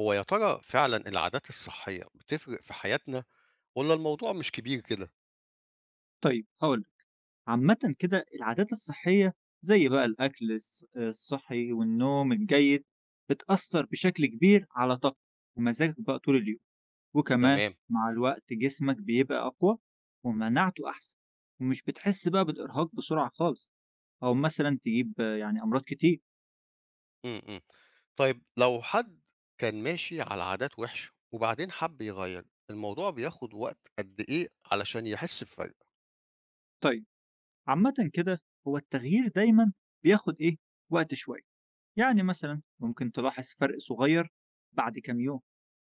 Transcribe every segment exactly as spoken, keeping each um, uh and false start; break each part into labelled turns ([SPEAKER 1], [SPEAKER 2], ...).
[SPEAKER 1] هو يا ترى فعلا العادات الصحية بتفرق في حياتنا ولا الموضوع مش كبير كده؟
[SPEAKER 2] طيب هاقول لك، عامةً كده العادات الصحية زي بقى الأكل الص الصحي والنوم الجيد، بتأثّر بشكل كبير على طاقتك ومزاجك بقى طول اليوم، وكمان
[SPEAKER 1] تمام.
[SPEAKER 2] مع الوقت جسمك بيبقى أقوى ومناعته أحسن، ومش بتحس بقى بالإرهاق بسرعة خالص، أو مثلًا تجيب آه، يعني أمراض كتير.
[SPEAKER 1] م -م. طيب لو حد كان ماشي على عادات وحشة وبعدين حب يغير الموضوع بياخد وقت قد إيه علشان يحس بفرق؟
[SPEAKER 2] طيب عامةً كده هو التغيير دايمًا بياخد إيه، وقت شوية، يعني مثلًا ممكن تلاحظ فرق صغير بعد كام يوم.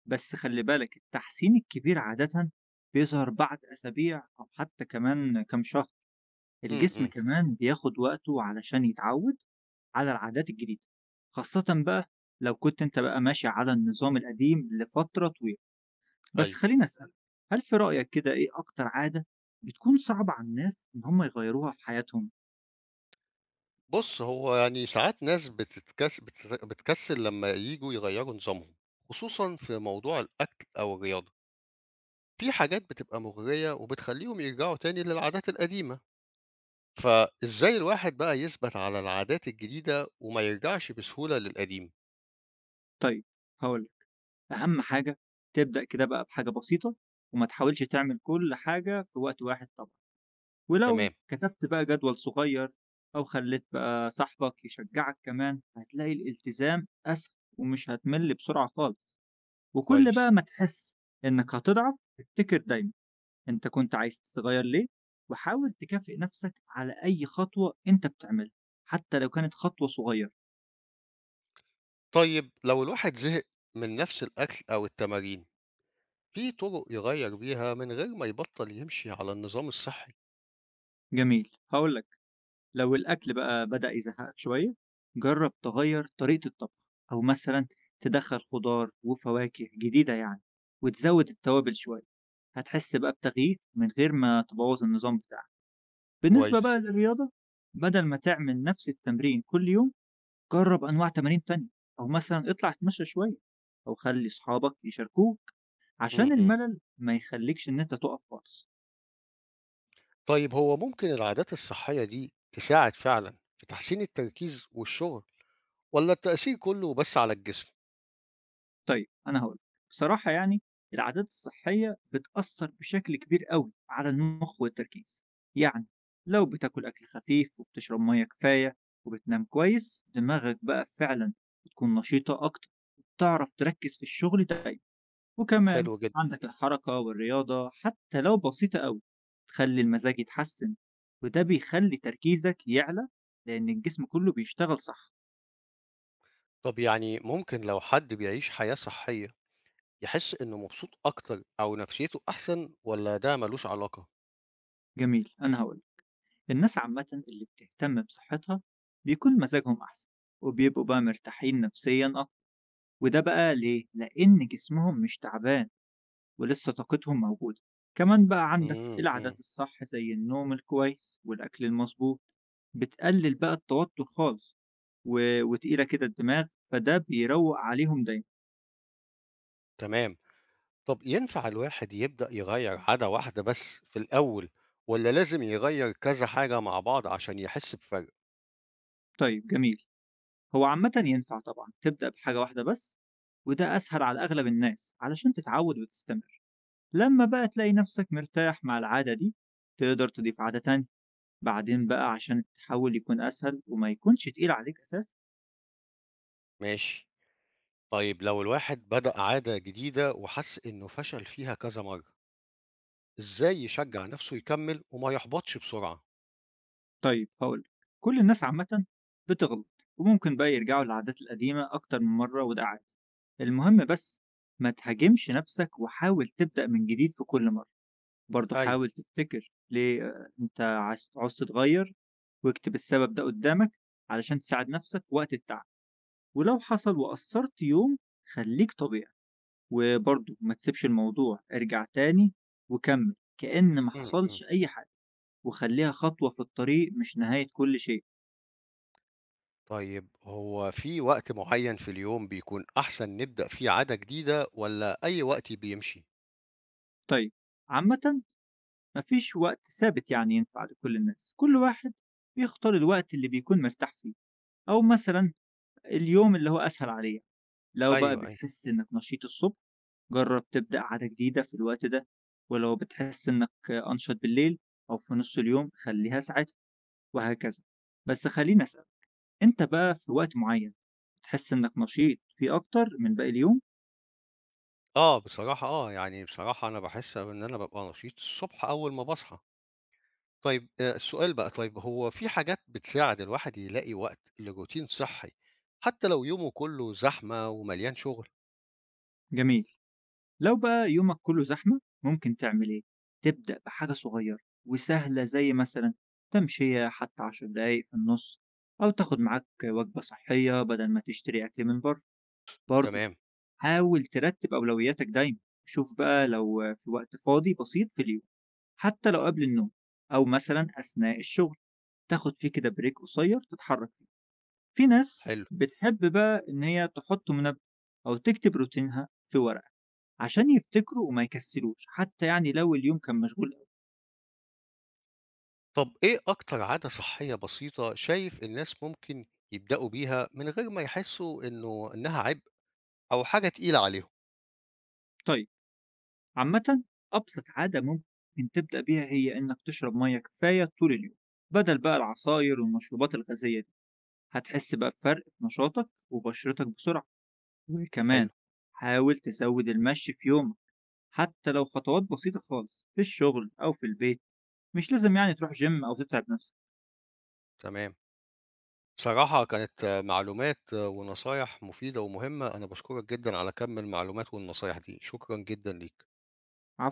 [SPEAKER 2] بس خلّي بالك التحسين الكبير عادةً بيظهر بعد أسابيع أو حتى كمان كام شهر،
[SPEAKER 1] م
[SPEAKER 2] الجسم
[SPEAKER 1] -م.
[SPEAKER 2] كمان بياخد وقته علشان يتعوّد على العادات الجديدة، خاصةً بقى لو كنت أنت بقى ماشي على النظام القديم لفترة طويلة. بس
[SPEAKER 1] أيوه.
[SPEAKER 2] خلّيني أسألك، هل في رأيك كده إيه أكتر عادة بتكون صعبة على الناس إن هم يغيّروها في حياتهم؟
[SPEAKER 1] بص، هو يعني ساعات ناس بتتكس... بتت... بتكسل لما يجوا يغيروا نظامهم، خصوصا في موضوع الأكل أو الرياضة. في حاجات بتبقى مغرية وبتخليهم يرجعوا تاني للعادات القديمة، فإزاي الواحد بقى يثبت على العادات الجديدة وما يرجعش بسهولة للقديم؟
[SPEAKER 2] طيب هاقول لك، أهم حاجة تبدأ كده بقى بحاجة بسيطة وما تحاولش تعمل كل حاجة في وقت واحد طبعًا. ولو
[SPEAKER 1] تمام،
[SPEAKER 2] كتبت بقى جدول صغير أو خليت بقى صاحبك يشجعك كمان هتلاقي الالتزام أسهل ومش هتمل بسرعة خالص، وكل
[SPEAKER 1] كويس.
[SPEAKER 2] بقى ما تحس إنك هتضعف افتكر دايما أنت كنت عايز تتغير ليه، وحاول تكافئ نفسك على أي خطوة أنت بتعملها حتى لو كانت خطوة صغيرة.
[SPEAKER 1] طيب لو الواحد زهق من نفس الأكل أو التمارين، في طرق يغير بيها من غير ما يبطل يمشي على النظام الصحي؟
[SPEAKER 2] جميل هقولك، لو الأكل بقى بدأ يزهقك شوية جرب تغير طريقة الطبخ أو مثلا تدخل خضار وفواكه جديدة يعني، وتزود التوابل شوية هتحس بقى بتغيير من غير ما تبوظ النظام بتاعك. بالنسبة
[SPEAKER 1] كويس.
[SPEAKER 2] بقى للرياضة بدل ما تعمل نفس التمرين كل يوم جرب أنواع تمارين تانية، أو مثلا اطلع اتمشى شوية أو خلي صحابك يشاركوك
[SPEAKER 1] امم
[SPEAKER 2] عشان
[SPEAKER 1] امم.
[SPEAKER 2] الملل ما يخليكش إن أنت تقف خالص.
[SPEAKER 1] طيب هو ممكن العادات الصحية دي تساعد فعلا في تحسين التركيز والشغل ولا التأثير كله بس على الجسم؟
[SPEAKER 2] طيب أنا هاقول لك، بصراحة يعني العادات الصحية بتأثّر بشكل كبير أوي على المخ والتركيز، يعني لو بتاكل أكل خفيف وبتشرب مَيّة كفاية وبتنام كويس، دماغك بقى فعلًا بتكون نشيطة أكتر وبتعرف تركّز في الشغل دايمًا، وكمان
[SPEAKER 1] حلو جدا.
[SPEAKER 2] عندك الحركة والرياضة حتى لو بسيطة أوي، بتخلّي المزاج يتحسّن وده بيخلّي تركيزك يعلى لإن الجسم كلّه بيشتغل صح.
[SPEAKER 1] طب يعني ممكن لو حد بيعيش حياة صحية يحس إنه مبسوط أكتر أو نفسيته أحسن والّا ده مالوش علاقة؟
[SPEAKER 2] جميل، أنا هاقول الناس عامة اللي بتهتم بصحتها بيكون مزاجهم أحسن وبيبقوا بقى مرتاحين نفسيا أكتر، وده بقى ليه؟ لأن جسمهم مش تعبان ولسه طاقتهم موجودة، كمان بقى عندك
[SPEAKER 1] إمم، إمم،
[SPEAKER 2] العادات الصح زي النوم الكويس والأكل المظبوط بتقلل بقى التوتر خالص و... وتقيلة كده الدماغ، فده بيروق عليهم دايما.
[SPEAKER 1] تمام. طب ينفع الواحد يبدأ يغيّر عادة واحدة بس في الأول والّا لازم يغيّر كذا حاجة مع بعض عشان يحس بفرق؟
[SPEAKER 2] طيب جميل، هو عامة ينفع طبعا تبدأ بحاجة واحدة بس، وده أسهل على أغلب الناس علشان تتعود وتستمر، لما بقى تلاقي نفسك مرتاح مع العادة دي تقدر تضيف عادة تانية بعدين بقى عشان التحول يكون أسهل وما يكونش تقيل عليك أساس.
[SPEAKER 1] ماشي. طيب لو الواحد بدأ عادة جديدة وحس إنه فشل فيها كذا مرّة، إزاي يشجع نفسه يكمّل وما يحبطش بسرعة؟
[SPEAKER 2] طيب هقولك، كل الناس عامة بتغلط وممكن بقى يرجعوا للعادات القديمة أكتر من مرة وده عادي، المهم بس ما تهاجمش نفسك وحاول تبدأ من جديد في كل مرة، برضه
[SPEAKER 1] أيوه.
[SPEAKER 2] حاول تفتكر ليه آه، أنت عايز عاوز تتغير، واكتب السبب ده قدامك علشان تساعد نفسك وقت التعب، ولو حصل وقصرت يوم خليك طبيعي وبرضه ما تسيبش الموضوع، ارجع تاني وكمل كأن ما
[SPEAKER 1] إمم، إمم.
[SPEAKER 2] حصلش أي حاجة، وخليها خطوة في الطريق مش نهاية كل شيء.
[SPEAKER 1] طيب هو في وقت معيّن في اليوم بيكون أحسن نبدأ فيه عادة جديدة والّا أي وقت بيمشي؟
[SPEAKER 2] طيب عامة مفيش وقت ثابت يعني ينفع لكل الناس، كل واحد بيختار الوقت اللي بيكون مرتاح فيه، أو مثلا اليوم اللي هو أسهل عليه، لو بقى
[SPEAKER 1] أيوه، أيوه.
[SPEAKER 2] بتحس إنك نشيط الصبح جرب تبدأ عادة جديدة في الوقت ده، ولو بتحس إنك أنشط بالليل أو في نص اليوم خليها ساعتها وهكذا. بس خليني أسأل، أنت بقى في وقت معين تحس إنك نشيط فيه أكتر من باقي اليوم؟
[SPEAKER 1] آه، بصراحة آه، يعني بصراحة أنا باحس إن أنا بابقى نشيط الصبح أول ما باصحى. طيب آآ السؤال بقى، طيب هو في حاجات بتساعد الواحد يلاقي وقت لروتين صحّي حتى لو يومه كُلّه زحمة ومليان شغل؟
[SPEAKER 2] جميل، لو بقى يومك كله زحمة ممكن تعمل إيه؟ تبدأ بحاجة صغيرة وسهلة زي مثلا تمشية حتى عشر دقايق في النص، أو تاخد معاك وجبة صحية بدل ما تشتري أكل من بره، برضه
[SPEAKER 1] تمام،
[SPEAKER 2] حاول ترتب أولوياتك دايما، شوف بقى لو في وقت فاضي بسيط في اليوم حتى لو قبل النوم أو مثلا أثناء الشغل تاخد فيه كده بريك قصير تتحرك، في ناس
[SPEAKER 1] حلو.
[SPEAKER 2] بتحب بقى إن هي تحط منبه أو تكتب روتينها في ورقة عشان يفتكروا وما يكسلوش حتى يعني لو اليوم كان مشغول أوي.
[SPEAKER 1] طب إيه أكتر عادة صحّية بسيطة شايف الناس ممكن يبدأوا بيها من غير ما يحسّوا إنه إنها عبء أو حاجة تقيلة عليهم؟
[SPEAKER 2] طيب عامة أبسط عادة ممكن تبدأ بيها هي إنك تشرب مية كفاية طول اليوم بدل بقى العصاير والمشروبات الغازية دي، هتحس بقى بفرق في نشاطك وبشرتك بسرعة،
[SPEAKER 1] حلو،
[SPEAKER 2] وكمان حاول تزود المشي في يومك حتى لو خطوات بسيطة خالص في الشغل أو في البيت، مش لازم يعني تروح جيم أو تتعب نفسك.
[SPEAKER 1] تمام. بصراحة كانت معلومات ونصايح مفيدة ومهمة، أنا باشكرك جدًا على كم المعلومات والنصايح دي، شكرًا جدًا ليك.
[SPEAKER 2] عفوا.